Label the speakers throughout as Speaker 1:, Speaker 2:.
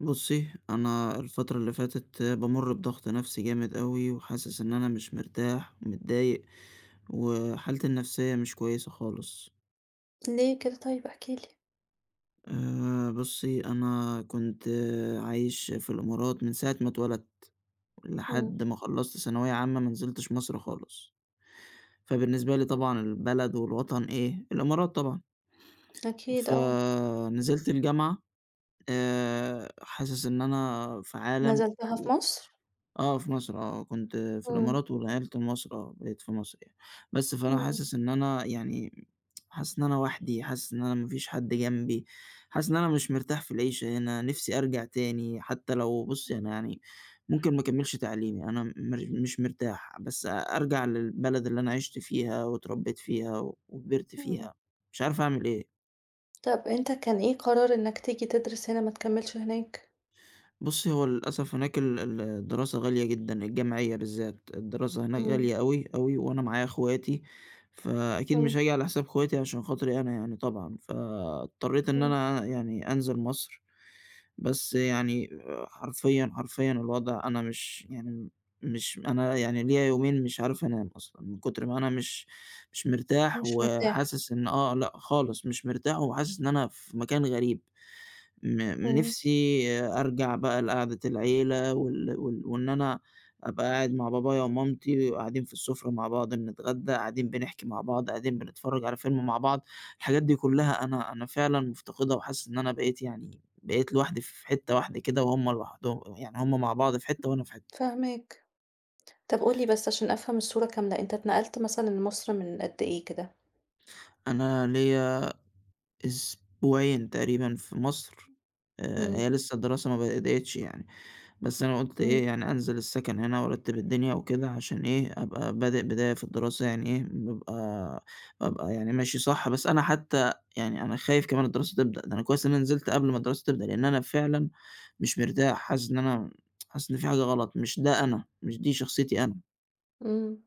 Speaker 1: بُصّي، أنا الفترة اللي فاتت بامُر بضغط نَفْسي جامد أوي، وحاسس إن أنا مش مرتاح ومتضايق، وحالتي النَفْسية مش كويسة خالص.
Speaker 2: ليه كده، طيب احكِ لي؟
Speaker 1: بُصّي، أنا كنت عايش في الإمارات من ساعة ما اتولدت
Speaker 2: إمم.
Speaker 1: لحد ما خلّصت ثانوية عامة ما نزلتش مصر خالص، فبالنسبة لي
Speaker 2: إمم،
Speaker 1: طبعًا البلد والوطن إيه، الإمارات طبعًا.
Speaker 2: أكيد آه.
Speaker 1: فنزلت الجامعة، حاسس إن أنا في عالم
Speaker 2: نزلتها
Speaker 1: و
Speaker 2: في مصر؟
Speaker 1: آه، في مصر آه، كنت في
Speaker 2: إمم.
Speaker 1: الإمارات ونقلت لمصر آه، بقيت في مصر يعني، بس فأنا
Speaker 2: إمم،
Speaker 1: حاسس إن أنا يعني حاسس إن أنا وحدي، حاسس إن أنا ما فيش حد جنبي، حاسس إن أنا مش مرتاح في العيشة هنا، نفسي أرجع تاني حتى لو بُصّ
Speaker 2: إمم،
Speaker 1: أنا يعني ممكن ما أكمّلش تعليمي، أنا مش مرتاح، بس أرجع للبلد اللي أنا عِشت فيها واتربيت فيها وكبرت
Speaker 2: إمم.
Speaker 1: فيها، مش عارف أعمل إيه.
Speaker 2: طب أنت كان إيه قرار إنك تيجي تدرس هنا ما تكمّلش هناك؟
Speaker 1: بُصّي، هو للأسف هناك ال ال الدراسة غالية جدًا، الجامعية بالذات، الدراسة هناك
Speaker 2: إمم،
Speaker 1: غالية أوي، أوي، وأنا معايا أخواتي، فأكيد مش
Speaker 2: إمم.
Speaker 1: هاجي على حساب أخواتي عشان خاطري أنا يعني طبعًا، فاضطريت إن
Speaker 2: إمم،
Speaker 1: أنا يعني أنزل مصر، بس يعني حرفيًا، حرفيًا الوضع أنا مش يعني مش أنا يعني ليّا يومين مش عارف أنام أصلًا، من كتر ما أنا مش مرتاح
Speaker 2: مش مرتاح.
Speaker 1: وحاسس إن آه، لأ خالص مش مرتاح وحاسس إن أنا في مكان غريب. م
Speaker 2: إمم.
Speaker 1: نِفْسي أرجع بقى لقعدة العيلة وال وال وإن أنا أبقى قاعد مع بابايا ومامتي وقاعدين في السُفرة مع بعض بنتغدى، قاعدين بنحكي مع بعض، قاعدين بنتفرّج على فيلم مع بعض، الحاجات دي كُلّها أنا فعلًا مفتقدها وحاسس إن أنا بقيت يعني بقيت لوحدي في حتّة واحدة كده وهُم لوحدهم يعني هُم مع بعض في حتّة وأنا في حتّة.
Speaker 2: فاهماك. طب قُل لي بس عشان أفهم الصورة كاملة، أنت اتنقلت مثلًا لمصر من قد إيه كده؟
Speaker 1: أنا ليّا أسبوعين تقريبًا في مصر،
Speaker 2: إمم،
Speaker 1: هي لسه الدراسة ما بدأتش يعني. بس أنا قُلت
Speaker 2: إمم،
Speaker 1: إيه، يعني أنزل السكن هنا وأرتّب الدنيا وكده عشان إيه، أبقى بادئ بداية في الدراسة يعني إيه، بابقى يعني ماشي صح، بس أنا حتّى يعني أنا خايف كمان الدراسة تبدأ، ده أنا كويس إن أنا نزلت قبل ما الدراسة تبدأ، لإن أنا فعلًا مش مرتاح، حاسس إن أنا حاسس إن في حاجة غلط، مش ده أنا، مش دي شخصيتي أنا.
Speaker 2: إمم.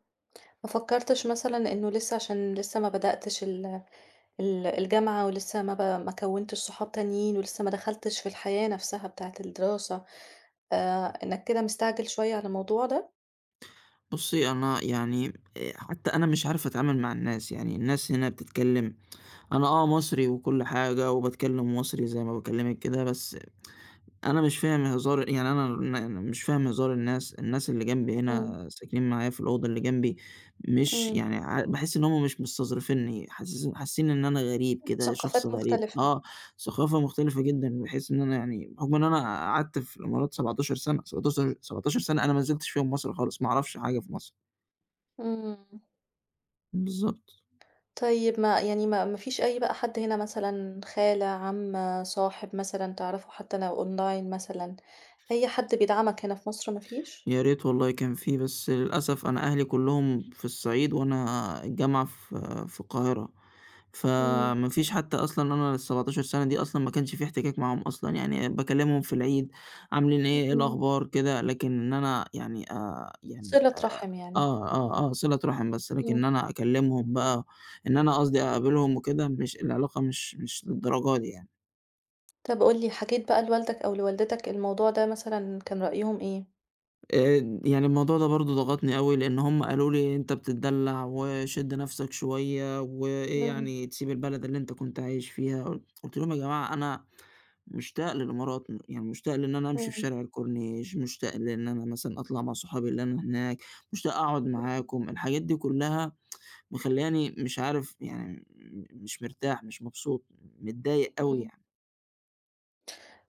Speaker 2: ما فكّرتش مثلًا إنه لسه عشان لسه ما بدأتش ال الجامعة ولسه ما كوّنتش صحاب تانيين ولسه ما دخلتش في الحياة نفسها بتاعة الدراسة، إنك كده مستعجل شوية على الموضوع ده.
Speaker 1: بُصّي، أنا يعني حتّى أنا مش عارف أتعامل مع الناس، يعني الناس هنا بتتكلّم، أنا آه مصري وكل حاجة وباتكلّم مصري زي ما باكلّمِك كده، بس أنا مش فاهم هزار يعني أنا مش فاهم هزار الناس، الناس اللي جنبي
Speaker 2: إمم،
Speaker 1: هنا ساكنين معايا في الأوضة اللي جنبي مش
Speaker 2: إمم.
Speaker 1: يعني باحس إن هُم مش مستظرفينّي، حاسس حاسين إن أنا غريب كده، شخص
Speaker 2: ثقافات
Speaker 1: غريب،
Speaker 2: مختلفة.
Speaker 1: آه، ثقافة مختلفة جدًا، باحس إن أنا يعني بحُكم إن أنا قعدت في الإمارات 17 سَنة، 17- 17 سَنة أنا ما نزلتش فيهم مصر خالص، ما أعرفش حاجة في مصر.
Speaker 2: إمم.
Speaker 1: بالضبط.
Speaker 2: طيب ما يعني ما فيش أي بقى حد هنا مثلًا خالة، عمّة، صاحب مثلًا تعرفه حتى لو أونلاين مثلًا، أي حد بيدعمك هنا في مصر ما فيش؟
Speaker 1: يا ريت والله كان في، بس للأسف أنا أهلي كلّهم في الصعيد وأنا الجامعة في القاهرة.
Speaker 2: إمم،
Speaker 1: فما فيش حتى أصلًا أنا ال17 سَنة دي أصلًا ما كانش في احتكاك معاهم أصلًا، يعني باكلّمهم في العيد، عاملين إيه، إيه
Speaker 2: إمم.
Speaker 1: الأخبار، كده، لكن إن أنا يعني
Speaker 2: صِلة رحم يعني.
Speaker 1: آه، آه، آه، صِلة رحم بس، لكن إن
Speaker 2: إمم.
Speaker 1: أنا أكلّمهم بقى إن أنا قصدي أقابلهم وكده، مش العلاقة مش مش للدرجة دي يعني.
Speaker 2: طب قُل لي حكيت بقى لوالدك أو لوالدتك الموضوع ده مثلًا، كان رأيهم إيه؟
Speaker 1: يعني الموضوع ده برضه ضغطني أوي، لإن هُم قالوا لي: "أنت بتتدلّع وشِد نَفْسك شوية، وإيه
Speaker 2: إمم،
Speaker 1: يعني تسيب البلد اللي أنت كنت عايش فيها." قُلت لهم: "يا جماعة أنا مشتاق للإمارات، يعني مشتاق لإن أنا أمشي في
Speaker 2: إمم،
Speaker 1: شارع الكورنيش، مشتاق لإن أنا مثلًا أطلع مع صحابي اللي أنا هناك، مشتاق أقعد
Speaker 2: إمم،
Speaker 1: معاكم." الحاجات دي كُلّها مخلّياني مش عارف يعني مش مرتاح، مش مبسوط، متضايق أوي
Speaker 2: إمم.
Speaker 1: يعني.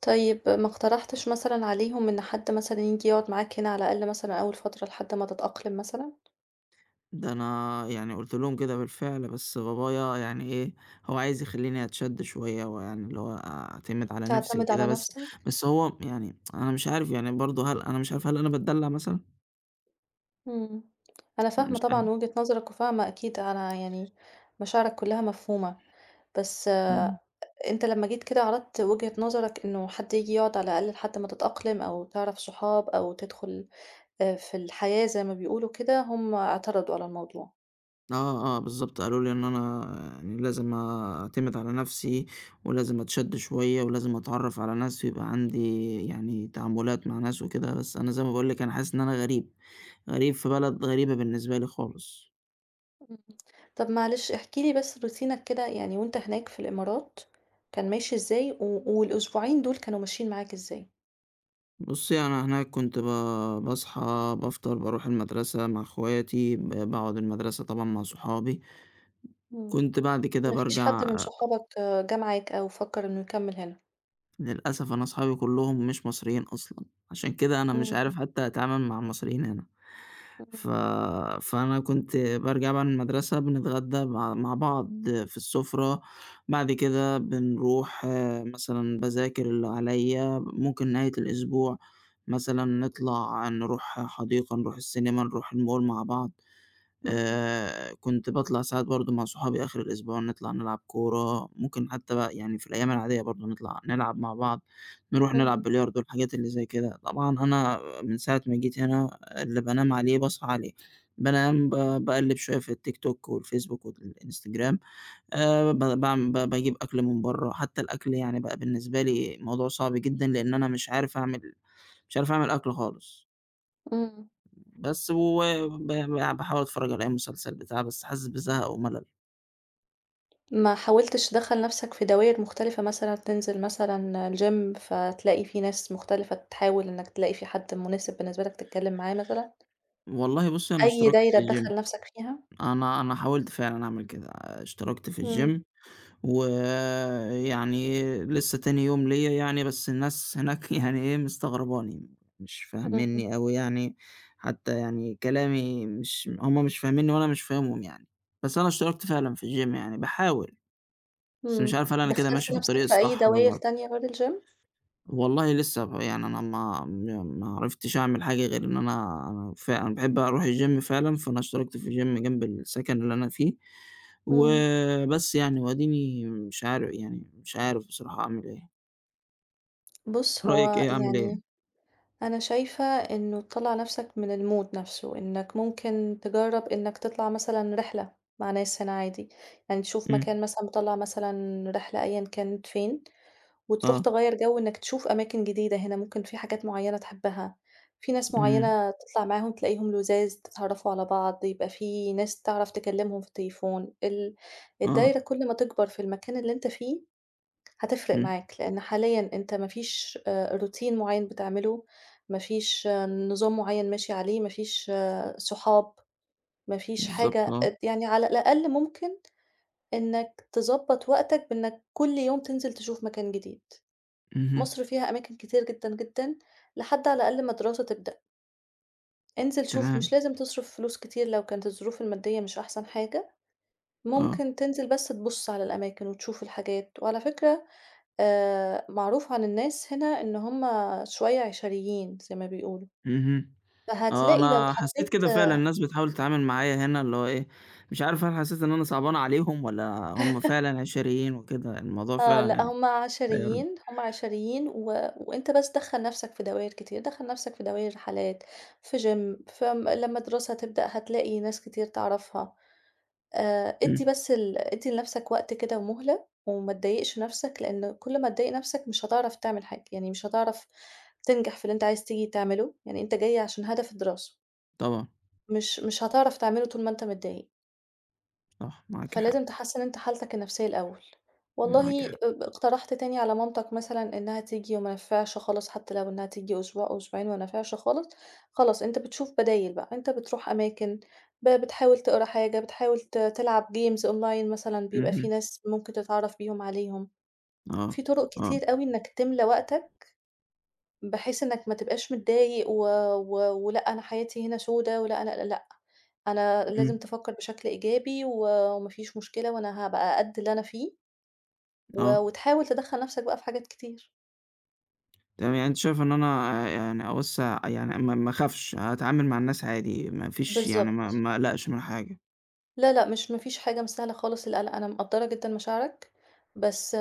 Speaker 2: طيب ما اقترحتش مثلًا عليهم إن حد مثلًا ييجي يقعد معاك هنا على الأقل مثلًا أول فترة لحد ما تتأقلم مثلًا،
Speaker 1: ده أنا يعني قُلت لهم كده بالفعل، بس بابايا يعني إيه، هو عايز يخلّيني أتشد شوية ويعني اللي هو أعتمد على نَفْسي
Speaker 2: تعتمد
Speaker 1: وكده،
Speaker 2: على
Speaker 1: بس
Speaker 2: نفسك؟
Speaker 1: هو يعني أنا مش عارف يعني برضه هل أنا مش عارف هل أنا باتدلّع مثلًا؟
Speaker 2: إمم، أنا فاهمة
Speaker 1: مش
Speaker 2: طبعًا
Speaker 1: عارف.
Speaker 2: وجهة نظرك، وفاهمة أكيد أنا يعني مشاعرك كلها مفهومة، بس آه،
Speaker 1: إمم.
Speaker 2: أنت لمّا جيت كده عرضت وجهة نظرك إنه حد ييجي يقعد على الأقل لحد ما تتأقلم أو تعرف صحاب أو تدخل في الحياة زي ما بيقولوا كده، هم اعترضوا على الموضوع.
Speaker 1: آه، آه بالضبط، قالوا لي إن أنا يعني لازم أعتمد على نَفْسي ولازم أتشد شوية ولازم أتعرّف على ناس ويبقى عندي يعني تعاملات مع ناس وكده، بس أنا زي ما باقول لِك أنا حاسس إن أنا غريب، غريب في بلد غريبة بالنسبة لي خالص.
Speaker 2: إمم. طب معلش احكِ لي بس روتينك كده يعني، وأنت هناك في الإمارات كان ماشي إزاي، و والأسبوعين دول كانوا ماشيين معاك إزاي؟
Speaker 1: بُصّي، أنا هناك كنت باصحى، بافطر، باروح المدرسة مع أخواتي، باقعد المدرسة طبعًا مع صحابي،
Speaker 2: إمم.
Speaker 1: كنت بعد كده
Speaker 2: ما فيش
Speaker 1: بارجع.
Speaker 2: حد من صحابك جه معاك أو فكّر إنه يكمّل هنا؟
Speaker 1: للأسف أنا أصحابي كلّهم مش مصريين أصلًا، عشان كده أنا مش
Speaker 2: إمم،
Speaker 1: عارف حتى أتعامل مع المصريين هنا،
Speaker 2: إمم،
Speaker 1: ف فأنا كنت بارجع بقى من المدرسة بنتغدى مع بعض في السفرة، بعد كده بنروح آه، مثلًا باذاكر اللي عليَّ، ممكن نهاية الأسبوع مثلًا نطلع نروح حديقة، نروح السينما، نروح المول مع بعض.
Speaker 2: إمم،
Speaker 1: كنت باطلع ساعات برضه مع صحابي آخر الأسبوع نطلع نلعب كورة، ممكن حتى بقى يعني في الأيام العادية برضه نطلع نلعب مع بعض، نروح نلعب
Speaker 2: إمم،
Speaker 1: بلياردو الحاجات اللي زي كده، طبعًا أنا من ساعة ما جيت هنا اللي بانام عليه باصحى عليه، بانام باقلِّب شوية في التيك توك والفيسبوك والإنستجرام، ب باعم ب باجيب أكل من برّه، حتى الأكل يعني بقى بالنسبة لي موضوع صعب جدًا لإن أنا مش عارف أعمل مش عارف أعمل أكل خالص.
Speaker 2: إمم.
Speaker 1: بس و ب ب باحاول أتفرّج على أي مسلسل بتاع، بس حاسس بزهق وملل.
Speaker 2: ما حاولتش تدخّل نَفْسك في دوائر مختلفة مثلًا، تنزل مثلًا الgym فتلاقي فيه ناس مختلفة، تحاول إنك تلاقي في حد مناسب بالنسبة لك تتكلّم معاه مثلًا،
Speaker 1: والله بُصّي أنا
Speaker 2: أي
Speaker 1: اشتركت في
Speaker 2: دايرة
Speaker 1: الgym،
Speaker 2: تدخّل نَفْسك فيها؟
Speaker 1: أنا حاولت فعلًا أعمل كده، اشتركت في
Speaker 2: إمم،
Speaker 1: الgym ويعني لسه تاني يوم ليّا يعني، بس الناس هناك يعني إيه، مستغرباني، مش
Speaker 2: إمم.
Speaker 1: فاهمينّي أوي يعني، حتى يعني كلامي مش هُم مش فاهمينّي وأنا مش فاهمهم يعني. بس أنا اشتركت فعلًا في الgym يعني، باحاول، بس مش
Speaker 2: إمم،
Speaker 1: عارف هل أنا كده
Speaker 2: دخّلت
Speaker 1: ماشي في الطريق
Speaker 2: نَفْسك في أي
Speaker 1: الصح
Speaker 2: دوائر
Speaker 1: والّا
Speaker 2: تانية غير الgym؟
Speaker 1: والله لسه يعني أنا ما عرفتش أعمل حاجة غير إن أنا أنا ف أنا باحب أروح الgym فعلًا، فأنا اشتركت في gym جنب السكن اللي أنا فيه،
Speaker 2: إمم،
Speaker 1: وبس يعني وأديني مش عارف يعني مش عارف بصراحة أعمل إيه،
Speaker 2: بُص
Speaker 1: رأيك
Speaker 2: هو
Speaker 1: إيه أعمل إيه؟
Speaker 2: يعني أنا شايفة إنه تطلّع نَفْسك من الmood نَفْسه، إنك ممكن تجرّب إنك تطلع مثلًا رحلة مع ناس هنا عادي، يعني تشوف
Speaker 1: إمم،
Speaker 2: مكان مثلًا مطلّع مثلًا رحلة أيًا كانت فين، وتروح
Speaker 1: آه،
Speaker 2: تغيّر جو إنك تشوف أماكن جديدة هنا، ممكن في حاجات معيّنة تحبها، في ناس
Speaker 1: إمم،
Speaker 2: معيّنة تطلع معاهم تلاقيهم لُذاذ، تتعرّفوا على بعض، يبقى في ناس تعرف تكلّمهم في التليفون، الدايرة
Speaker 1: آه،
Speaker 2: كل ما تكبر في المكان اللي أنت فيه هتفرق
Speaker 1: إمم،
Speaker 2: معاك، لإن حاليًا أنت ما فيش روتين معيّن بتعمله، ما فيش نظام معيّن ماشي عليه، ما فيش صحاب، ما فيش
Speaker 1: بالضبط
Speaker 2: حاجة
Speaker 1: آه،
Speaker 2: يعني على الأقل ممكن إنك تضبّط وقتك بإنك كل يوم تنزل تشوف مكان جديد.
Speaker 1: اهم،
Speaker 2: مصر فيها أماكن كتير جدًا، جدًا، لحد على الأقل ما الدراسة تبدأ، انزل شوف،
Speaker 1: تمام،
Speaker 2: مش لازم تصرف فلوس كتير لو كانت الظروف المادية مش أحسن حاجة،
Speaker 1: آه،
Speaker 2: ممكن تنزل بس تبُص على الأماكن وتشوف الحاجات، وعلى فكرة معروف عن الناس هنا إن هُم شوية عشريين زي ما بيقولوا،
Speaker 1: اهم. آه،
Speaker 2: فهتلاقي لو
Speaker 1: أنا حسّيت
Speaker 2: اتحطيت
Speaker 1: كده فعلًا، الناس بتحاول تتعامل معايا هنا اللي هو إيه، مش عارف هل حسّيت إن أنا صعبان عليهم والّا هم فعلًا عشريين وكده، الموضوع
Speaker 2: آه،
Speaker 1: فعلًا
Speaker 2: لأ
Speaker 1: يعني
Speaker 2: هُم
Speaker 1: غيّرني.
Speaker 2: عشريين، هُم عشريين وأنت بس دخّل نَفْسك في دوائر كتير، دخّل نَفْسك في دوائر رحلات، في gym، لمّا الدراسة تبدأ هتلاقي ناس كتير تعرفها. ادّي
Speaker 1: إمم،
Speaker 2: بس ادّي لنَفْسك وقت كده ومُهلة، وما تضايقش نَفْسك، لإن كل ما تضايق نَفْسك مش هتعرف تعمل حاجة، يعني مش هتعرف تنجح في اللي أنت عايز تيجي تعمله، يعني أنت جاي عشان هدف الدراسة،
Speaker 1: طبعًا،
Speaker 2: مش هتعرف تعمله طول ما أنت متضايق.
Speaker 1: صح، معاكِ حق،
Speaker 2: فلازم تحسّن أنت حالتك النفسية الأول.
Speaker 1: معاكِ
Speaker 2: والله
Speaker 1: حق.
Speaker 2: اقترحت تاني على مامتك مثلًا إنها تيجي وما نفعش خالص، حتى لو إنها تيجي أسبوع أو أسبوعين وما نفعش خالص، خلاص أنت بتشوف بدايل بقى، أنت بتروح أماكن، بتحاول تقرا حاجة، بتحاول تلعب games online مثلًا بيبقى في
Speaker 1: اهم،
Speaker 2: ناس ممكن تتعرّف بيهم عليهم،
Speaker 1: آه،
Speaker 2: في طرق
Speaker 1: آه،
Speaker 2: كتير أوي إنك تملى وقتك بحيث إنك ما تبقاش متضايق و و ولأ أنا حياتي هنا سودا، ولأ أنا لأ، أنا لازم
Speaker 1: إمم،
Speaker 2: تفكّر بشكل إيجابي وما فيش مشكلة، وأنا هابقى قد اللي أنا فيه، و
Speaker 1: آه،
Speaker 2: وتحاول تدخّل نَفْسك بقى في حاجات كتير.
Speaker 1: تمام، يعني أنتِ شايفة إن أنا يعني أوسّع يعني ما أخافش، هاتعامل مع الناس عادي، ما فيش يعني ما
Speaker 2: بالضبط.
Speaker 1: ما أقلقش من حاجة،
Speaker 2: لا، لأ، مش ما فيش حاجة مستاهلة خالص القلق، أنا مقدّرة جدًا مشاعرك، بس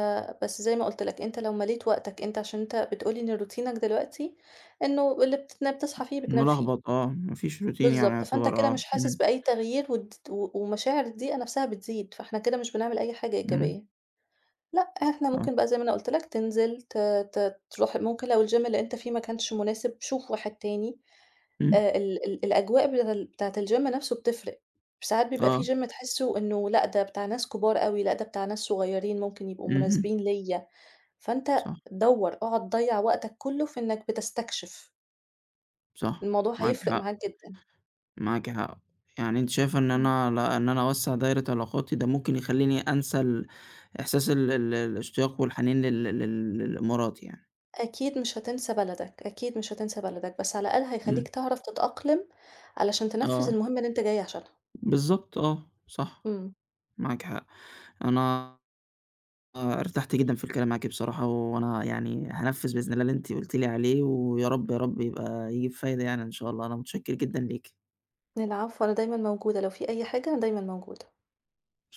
Speaker 2: بس زي ما قُلت لك، أنت لو مليت وقتك أنت عشان أنت بتقول لي إن روتينك دلوقتي إنه اللي بتتنا بتصحى فيه بتنام فيه.
Speaker 1: ملخبط آه، ما فيش routine يعني
Speaker 2: بالضبط، فأنت
Speaker 1: يعتبر
Speaker 2: كده
Speaker 1: آه،
Speaker 2: مش حاسس
Speaker 1: إمم،
Speaker 2: بأي تغيير والد و ومشاعر الضيقة نفسها بتزيد، فإحنا كده مش بنعمل أي حاجة
Speaker 1: إمم،
Speaker 2: إيجابية. لأ، إحنا
Speaker 1: آه،
Speaker 2: ممكن بقى زي ما أنا قُلت لك تنزل ت ت تروح ممكن لو الgym اللي أنت فيه ما كانش مناسب، شوف واحد تاني.
Speaker 1: إمم،
Speaker 2: ال ال الأجواء بتاعة الgym نفسه بتفرق، ساعات بيبقى
Speaker 1: آه،
Speaker 2: في gym تحسّه إنه لأ، ده بتاع ناس كبار أوي، لأ، ده بتاع ناس صغيّرين ممكن يبقوا
Speaker 1: اهم،
Speaker 2: مناسبين ليّا، فأنت
Speaker 1: صح،
Speaker 2: دوّر، اقعد ضيّع وقتك كلّه في إنك بتستكشف،
Speaker 1: صح،
Speaker 2: الموضوع
Speaker 1: معاكِ
Speaker 2: هيفرق
Speaker 1: حق.
Speaker 2: معاك جدًا.
Speaker 1: معاكِ حق، يعني أنتِ شايفة إن
Speaker 2: إمم.
Speaker 1: أنا لأ، إن أنا أوسّع دايرة علاقاتي ده ممكن يخلّيني أنسى ال إحساس ال الاشتياق والحنين لل مراتي يعني،
Speaker 2: أكيد مش هتنسى بلدك، أكيد مش هتنسى بلدك، بس على الأقل هيخلّيك
Speaker 1: إمم،
Speaker 2: تعرف تتأقلم علشان
Speaker 1: آه،
Speaker 2: تنفّذ المهمة اللي أنت جاي عشانها.
Speaker 1: بالضبط آه، صح،
Speaker 2: إمم.
Speaker 1: معاكِ حق، أنا ارتحت جدًا في الكلام معاكِ بصراحة، وأنا يعني هانفّذ بإذن الله اللي أنتِ قُلتِ لي عليه، ويا رب، يا رب يبقى يجيب فايدة يعني إن شاء الله، أنا متشكر جدًا ليكِ.
Speaker 2: العفو، أنا دايمًا موجودة، لو في أي حاجة أنا دايمًا موجودة.